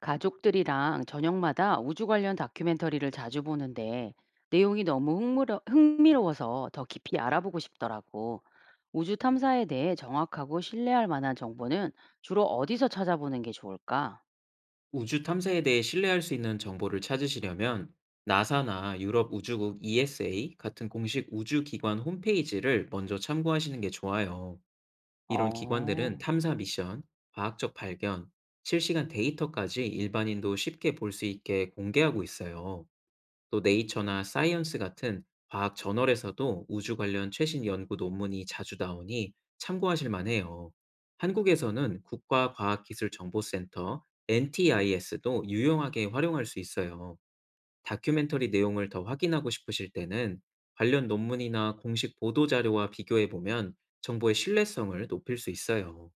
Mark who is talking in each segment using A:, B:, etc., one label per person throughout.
A: 가족들이랑 저녁마다 우주 관련 다큐멘터리를 자주 보는데 내용이 너무 흥미로워서 더 깊이 알아보고 싶더라고. 우주 탐사에 대해 정확하고 신뢰할 만한 정보는 주로 어디서 찾아보는 게 좋을까?
B: 우주 탐사에 대해 신뢰할 수 있는 정보를 찾으시려면 나사나 유럽 우주국 ESA 같은 공식 우주기관 홈페이지를 먼저 참고하시는 게 좋아요. 이런
A: 어,
B: 기관들은 탐사 미션, 과학적 발견, 실시간 데이터까지 일반인도 쉽게 볼 수 있게 공개하고 있어요. 또 네이처나 사이언스 같은 과학 저널에서도 우주 관련 최신 연구 논문이 자주 나오니 참고하실 만해요. 한국에서는 국가과학기술정보센터 NTIS도 유용하게 활용할 수 있어요. 다큐멘터리 내용을 더 확인하고 싶으실 때는 관련 논문이나 공식 보도 자료와 비교해 보면 정보의 신뢰성을 높일 수 있어요.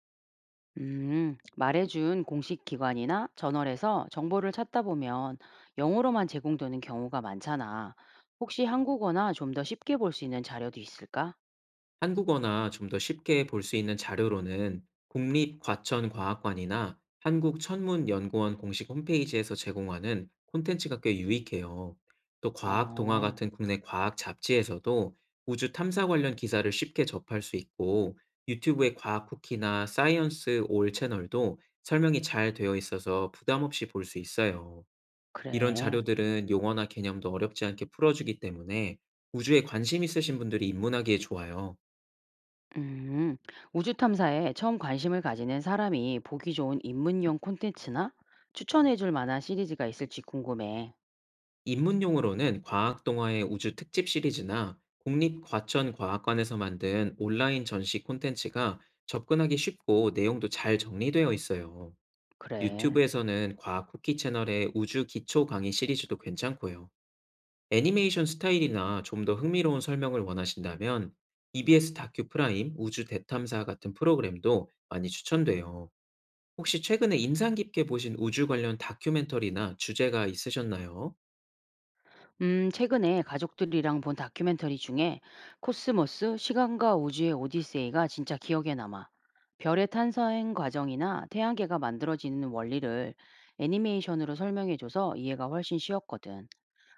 A: 말해준 공식 기관이나 저널에서 정보를 찾다 보면 영어로만 제공되는 경우가 많잖아. 혹시 한국어나 좀 더 쉽게 볼 수 있는 자료도 있을까?
B: 한국어나 좀 더 쉽게 볼 수 있는 자료로는 국립과천과학관이나 한국천문연구원 공식 홈페이지에서 제공하는 콘텐츠가 꽤 유익해요. 또 과학 동화
A: 어,
B: 같은 국내 과학 잡지에서도 우주 탐사 관련 기사를 쉽게 접할 수 있고, 유튜브의 과학 쿠키나 사이언스 올 채널도 설명이 잘 되어 있어서 부담 없이 볼 수 있어요. 이런
A: 그래.
B: 자료들은 용어나 개념도 어렵지 않게 풀어주기 때문에 우주에 관심 있으신 분들이 입문하기에 좋아요.
A: 음, 우주 탐사에 처음 관심을 가지는 사람이 보기 좋은 입문용 콘텐츠나 추천해줄 만한 시리즈가 있을지 궁금해.
B: 입문용으로는 과학 동화의 우주 특집 시리즈나 국립과천과학관에서 만든 온라인 전시 콘텐츠가 접근하기 쉽고 내용도 잘 정리되어 있어요.
A: 그래.
B: 유튜브에서는 과학 쿠키 채널의 우주 기초 강의 시리즈도 괜찮고요. 애니메이션 스타일이나 좀 더 흥미로운 설명을 원하신다면 EBS 다큐 프라임 우주 대탐사 같은 프로그램도 많이 추천돼요. 혹시 최근에 인상 깊게 보신 우주 관련 다큐멘터리나 주제가 있으셨나요?
A: 최근에 가족들이랑 본 다큐멘터리 중에 코스모스, 시간과 우주의 오디세이가 진짜 기억에 남아. 별의 탄생 과정이나 태양계가 만들어지는 원리를 애니메이션으로 설명해줘서 이해가 훨씬 쉬웠거든.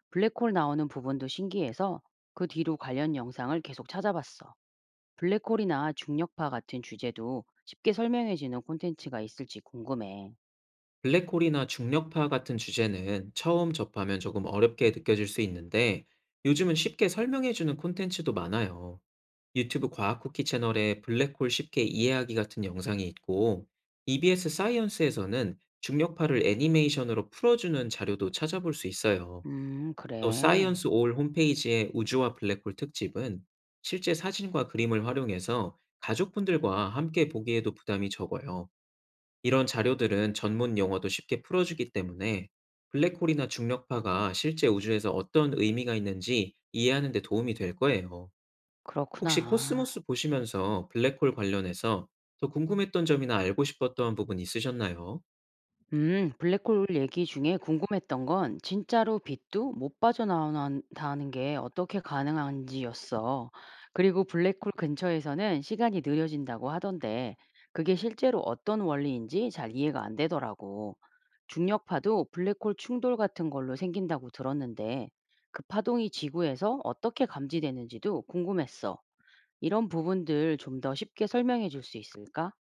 A: 블랙홀 나오는 부분도 신기해서 그 뒤로 관련 영상을 계속 찾아봤어. 블랙홀이나 중력파 같은 주제도 쉽게 설명해주는 콘텐츠가 있을지 궁금해.
B: 블랙홀이나 중력파 같은 주제는 처음 접하면 조금 어렵게 느껴질 수 있는데, 요즘은 쉽게 설명해주는 콘텐츠도 많아요. 유튜브 과학 쿠키 채널에 블랙홀 쉽게 이해하기 같은 영상이 있고, EBS 사이언스에서는 중력파를 애니메이션으로 풀어주는 자료도 찾아볼 수 있어요. 또
A: 그래.
B: 사이언스 올 홈페이지의 우주와 블랙홀 특집은 실제 사진과 그림을 활용해서 가족분들과 함께 보기에도 부담이 적어요. 이런 자료들은 전문 용어도 쉽게 풀어주기 때문에 블랙홀이나 중력파가 실제 우주에서 어떤 의미가 있는지 이해하는 데 도움이 될 거예요. 혹시
A: 그렇구나.
B: 코스모스 보시면서 블랙홀 관련해서 더 궁금했던 점이나 알고 싶었던 부분 있으셨나요?
A: 블랙홀 얘기 중에 궁금했던 건 진짜로 빛도 못 빠져나온다는 게 어떻게 가능한지였어. 그리고 블랙홀 근처에서는 시간이 느려진다고 하던데 그게 실제로 어떤 원리인지 잘 이해가 안 되더라고. 중력파도 블랙홀 충돌 같은 걸로 생긴다고 들었는데 그 파동이 지구에서 어떻게 감지되는지도 궁금했어. 이런 부분들 좀 더 쉽게 설명해 줄 수 있을까?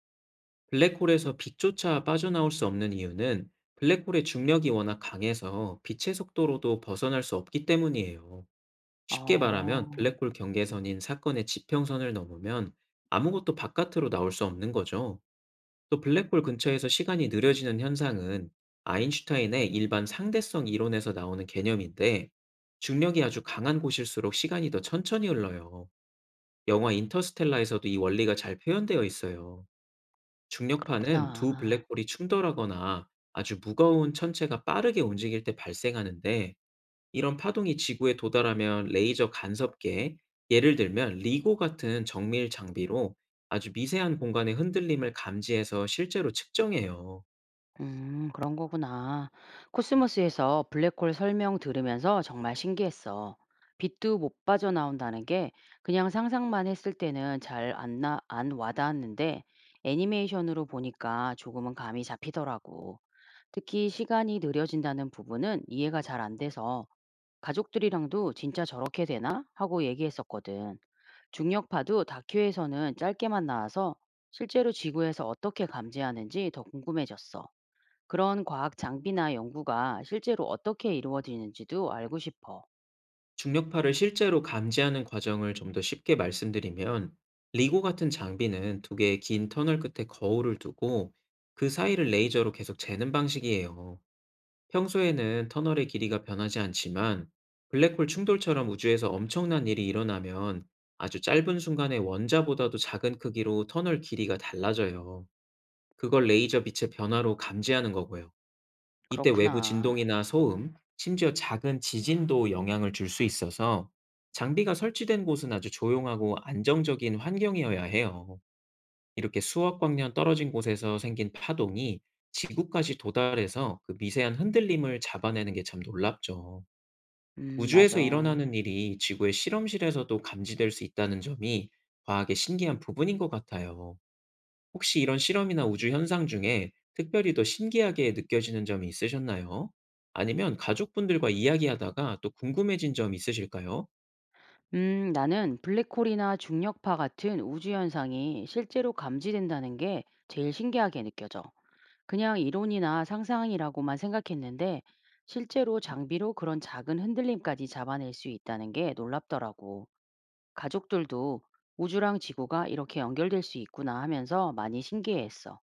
B: 블랙홀에서 빛조차 빠져나올 수 없는 이유는 블랙홀의 중력이 워낙 강해서 빛의 속도로도 벗어날 수 없기 때문이에요. 쉽게 말하면
A: 어,
B: 블랙홀 경계선인 사건의 지평선을 넘으면 아무것도 바깥으로 나올 수 없는 거죠. 또 블랙홀 근처에서 시간이 느려지는 현상은 아인슈타인의 일반 상대성 이론에서 나오는 개념인데, 중력이 아주 강한 곳일수록 시간이 더 천천히 흘러요. 영화 인터스텔라에서도 이 원리가 잘 표현되어 있어요. 중력파는
A: 그렇구나.
B: 두 블랙홀이 충돌하거나 아주 무거운 천체가 빠르게 움직일 때 발생하는데, 이런 파동이 지구에 도달하면 레이저 간섭계, 예를 들면 리고 같은 정밀 장비로 아주 미세한 공간의 흔들림을 감지해서 실제로 측정해요.
A: 그런 거구나. 코스모스에서 블랙홀 설명 들으면서 정말 신기했어. 빛도 못 빠져나온다는 게 그냥 상상만 했을 때는 잘 안 나, 안 와닿았는데 애니메이션으로 보니까 조금은 감이 잡히더라고. 특히 시간이 느려진다는 부분은 이해가 잘 안 돼서 가족들이랑도 진짜 저렇게 되나? 하고 얘기했었거든. 중력파도 다큐에서는 짧게만 나와서 실제로 지구에서 어떻게 감지하는지 더 궁금해졌어. 그런 과학 장비나 연구가 실제로 어떻게 이루어지는지도 알고 싶어.
B: 중력파를 실제로 감지하는 과정을 좀 더 쉽게 말씀드리면, 리고 같은 장비는 두 개의 긴 터널 끝에 거울을 두고 그 사이를 레이저로 계속 재는 방식이에요. 평소에는 터널의 길이가 변하지 않지만, 블랙홀 충돌처럼 우주에서 엄청난 일이 일어나면 아주 짧은 순간에 원자보다도 작은 크기로 터널 길이가 달라져요. 그걸 레이저 빛의 변화로 감지하는 거고요. 이때 외부
A: 그렇구나.
B: 진동이나 소음, 심지어 작은 지진도 영향을 줄 수 있어서 장비가 설치된 곳은 아주 조용하고 안정적인 환경이어야 해요. 이렇게 수억 광년 떨어진 곳에서 생긴 파동이 지구까지 도달해서 그 미세한 흔들림을 잡아내는 게 참 놀랍죠.
A: 맞아.
B: 우주에서 일어나는 일이 지구의 실험실에서도 감지될 수 있다는 점이 과학의 신기한 부분인 것 같아요. 혹시 이런 실험이나 우주 현상 중에 특별히 더 신기하게 느껴지는 점이 있으셨나요? 아니면 가족분들과 이야기하다가 또 궁금해진 점 있으실까요?
A: 나는 블랙홀이나 중력파 같은 우주 현상이 실제로 감지된다는 게 제일 신기하게 느껴져. 그냥 이론이나 상상이라고만 생각했는데 실제로 장비로 그런 작은 흔들림까지 잡아낼 수 있다는 게 놀랍더라고. 가족들도 우주랑 지구가 이렇게 연결될 수 있구나 하면서 많이 신기해했어.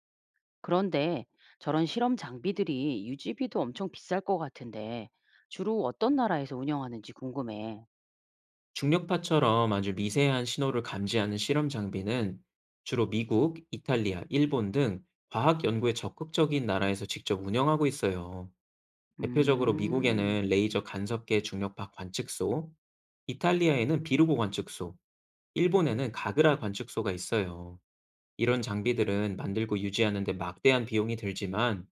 A: 그런데 저런 실험 장비들이 유지비도 엄청 비쌀 것 같은데 주로 어떤 나라에서 운영하는지 궁금해.
B: 중력파처럼 아주 미세한 신호를 감지하는 실험 장비는 주로 미국, 이탈리아, 일본 등 과학 연구에 적극적인 나라에서 직접 운영하고 있어요. 대표적으로
A: 음,
B: 미국에는 레이저 간섭계 중력파 관측소, 이탈리아에는 비루고 관측소, 일본에는 가그라 관측소가 있어요. 이런 장비들은 만들고 유지하는데 막대한 비용이 들지만,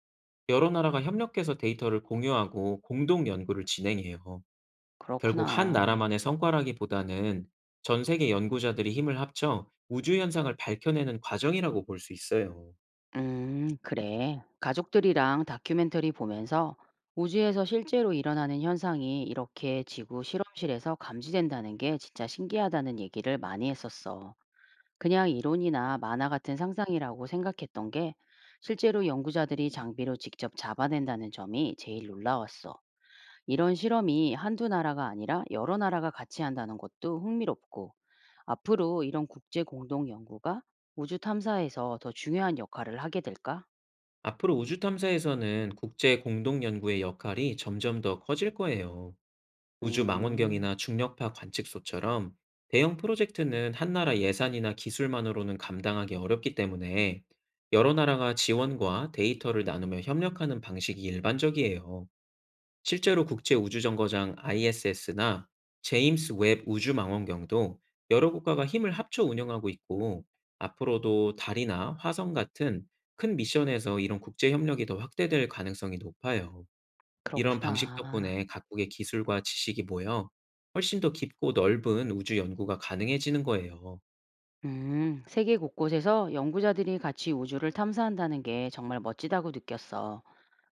B: 여러 나라가 협력해서 데이터를 공유하고 공동 연구를 진행해요. 결국 한
A: 그렇구나.
B: 나라만의 성과라기보다는 전 세계 연구자들이 힘을 합쳐 우주 현상을 밝혀내는 과정이라고 볼 수 있어요.
A: 그래. 가족들이랑 다큐멘터리 보면서 우주에서 실제로 일어나는 현상이 이렇게 지구 실험실에서 감지된다는 게 진짜 신기하다는 얘기를 많이 했었어. 그냥 이론이나 만화 같은 상상이라고 생각했던 게 실제로 연구자들이 장비로 직접 잡아낸다는 점이 제일 놀라웠어. 이런 실험이 한두 나라가 아니라 여러 나라가 같이 한다는 것도 흥미롭고, 앞으로 이런 국제 공동 연구가 우주 탐사에서 더 중요한 역할을 하게 될까?
B: 앞으로 우주 탐사에서는 국제 공동 연구의 역할이 점점 더 커질 거예요. 우주
A: 음,
B: 망원경이나 중력파 관측소처럼 대형 프로젝트는 한 나라 예산이나 기술만으로는 감당하기 어렵기 때문에 여러 나라가 지원과 데이터를 나누며 협력하는 방식이 일반적이에요. 실제로 국제 우주정거장 ISS나 제임스 웹 우주 망원경도 여러 국가가 힘을 합쳐 운영하고 있고, 앞으로도 달이나 화성 같은 큰 미션에서 이런 국제 협력이 더 확대될 가능성이 높아요. 이런 방식
A: 그렇구나.
B: 덕분에 각국의 기술과 지식이 모여 훨씬 더 깊고 넓은 우주 연구가 가능해지는 거예요.
A: 세계 곳곳에서 연구자들이 같이 우주를 탐사한다는 게 정말 멋지다고 느꼈어.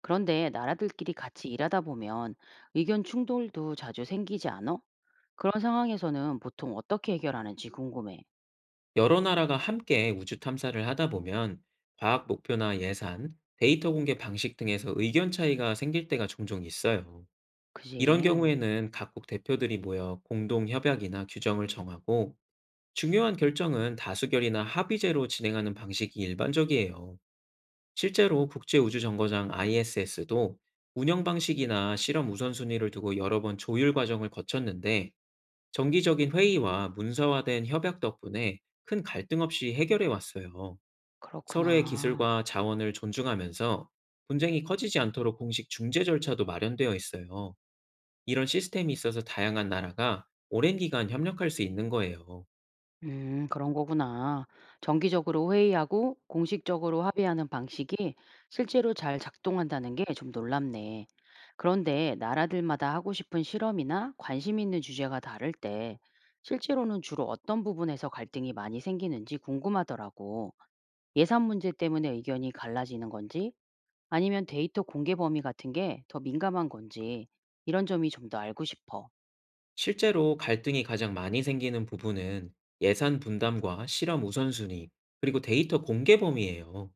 A: 그런데 나라들끼리 같이 일하다 보면 의견 충돌도 자주 생기지 않아? 그런 상황에서는 보통 어떻게 해결하는지 궁금해.
B: 여러 나라가 함께 우주 탐사를 하다 보면 과학 목표나 예산, 데이터 공개 방식 등에서 의견 차이가 생길 때가 종종 있어요. 이런
A: 그지?
B: 경우에는 각국 대표들이 모여 공동 협약이나 규정을 정하고, 중요한 결정은 다수결이나 합의제로 진행하는 방식이 일반적이에요. 실제로 국제우주정거장 ISS도 운영 방식이나 실험 우선순위를 두고 여러 번 조율 과정을 거쳤는데, 정기적인 회의와 문서화된 협약 덕분에 큰 갈등 없이 해결해 왔어요. 서로의
A: 그렇구나.
B: 기술과 자원을 존중하면서 분쟁이 커지지 않도록 공식 중재 절차도 마련되어 있어요. 이런 시스템이 있어서 다양한 나라가 오랜 기간 협력할 수 있는 거예요.
A: 그런 거구나. 정기적으로 회의하고 공식적으로 합의하는 방식이 실제로 잘 작동한다는 게 좀 놀랍네. 그런데 나라들마다 하고 싶은 실험이나 관심 있는 주제가 다를 때 실제로는 주로 어떤 부분에서 갈등이 많이 생기는지 궁금하더라고. 예산 문제 때문에 의견이 갈라지는 건지 아니면 데이터 공개 범위 같은 게 더 민감한 건지 이런 점이 좀 더 알고 싶어.
B: 실제로 갈등이 가장 많이 생기는 부분은 예산 분담과 실험 우선순위, 그리고 데이터 공개 범위예요.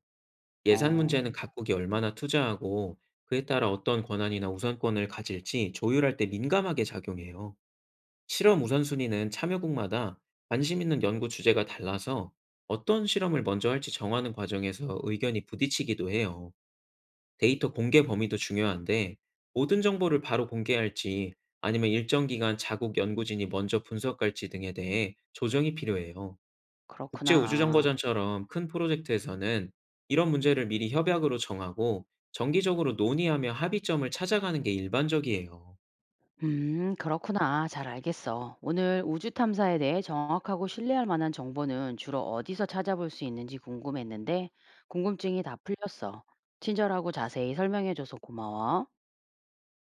B: 예산
A: 어,
B: 문제는 각국이 얼마나 투자하고 그에 따라 어떤 권한이나 우선권을 가질지 조율할 때 민감하게 작용해요. 실험 우선순위는 참여국마다 관심 있는 연구 주제가 달라서 어떤 실험을 먼저 할지 정하는 과정에서 의견이 부딪히기도 해요. 데이터 공개 범위도 중요한데, 모든 정보를 바로 공개할지 아니면 일정 기간 자국 연구진이 먼저 분석할지 등에 대해 조정이 필요해요.
A: 그렇구나.
B: 국제우주정거장처럼 큰 프로젝트에서는 이런 문제를 미리 협약으로 정하고 정기적으로 논의하며 합의점을 찾아가는 게 일반적이에요.
A: 그렇구나. 잘 알겠어. 오늘 우주 탐사에 대해 정확하고 신뢰할 만한 정보는 주로 어디서 찾아볼 수 있는지 궁금했는데, 궁금증이 다 풀렸어. 친절하고 자세히 설명해줘서 고마워.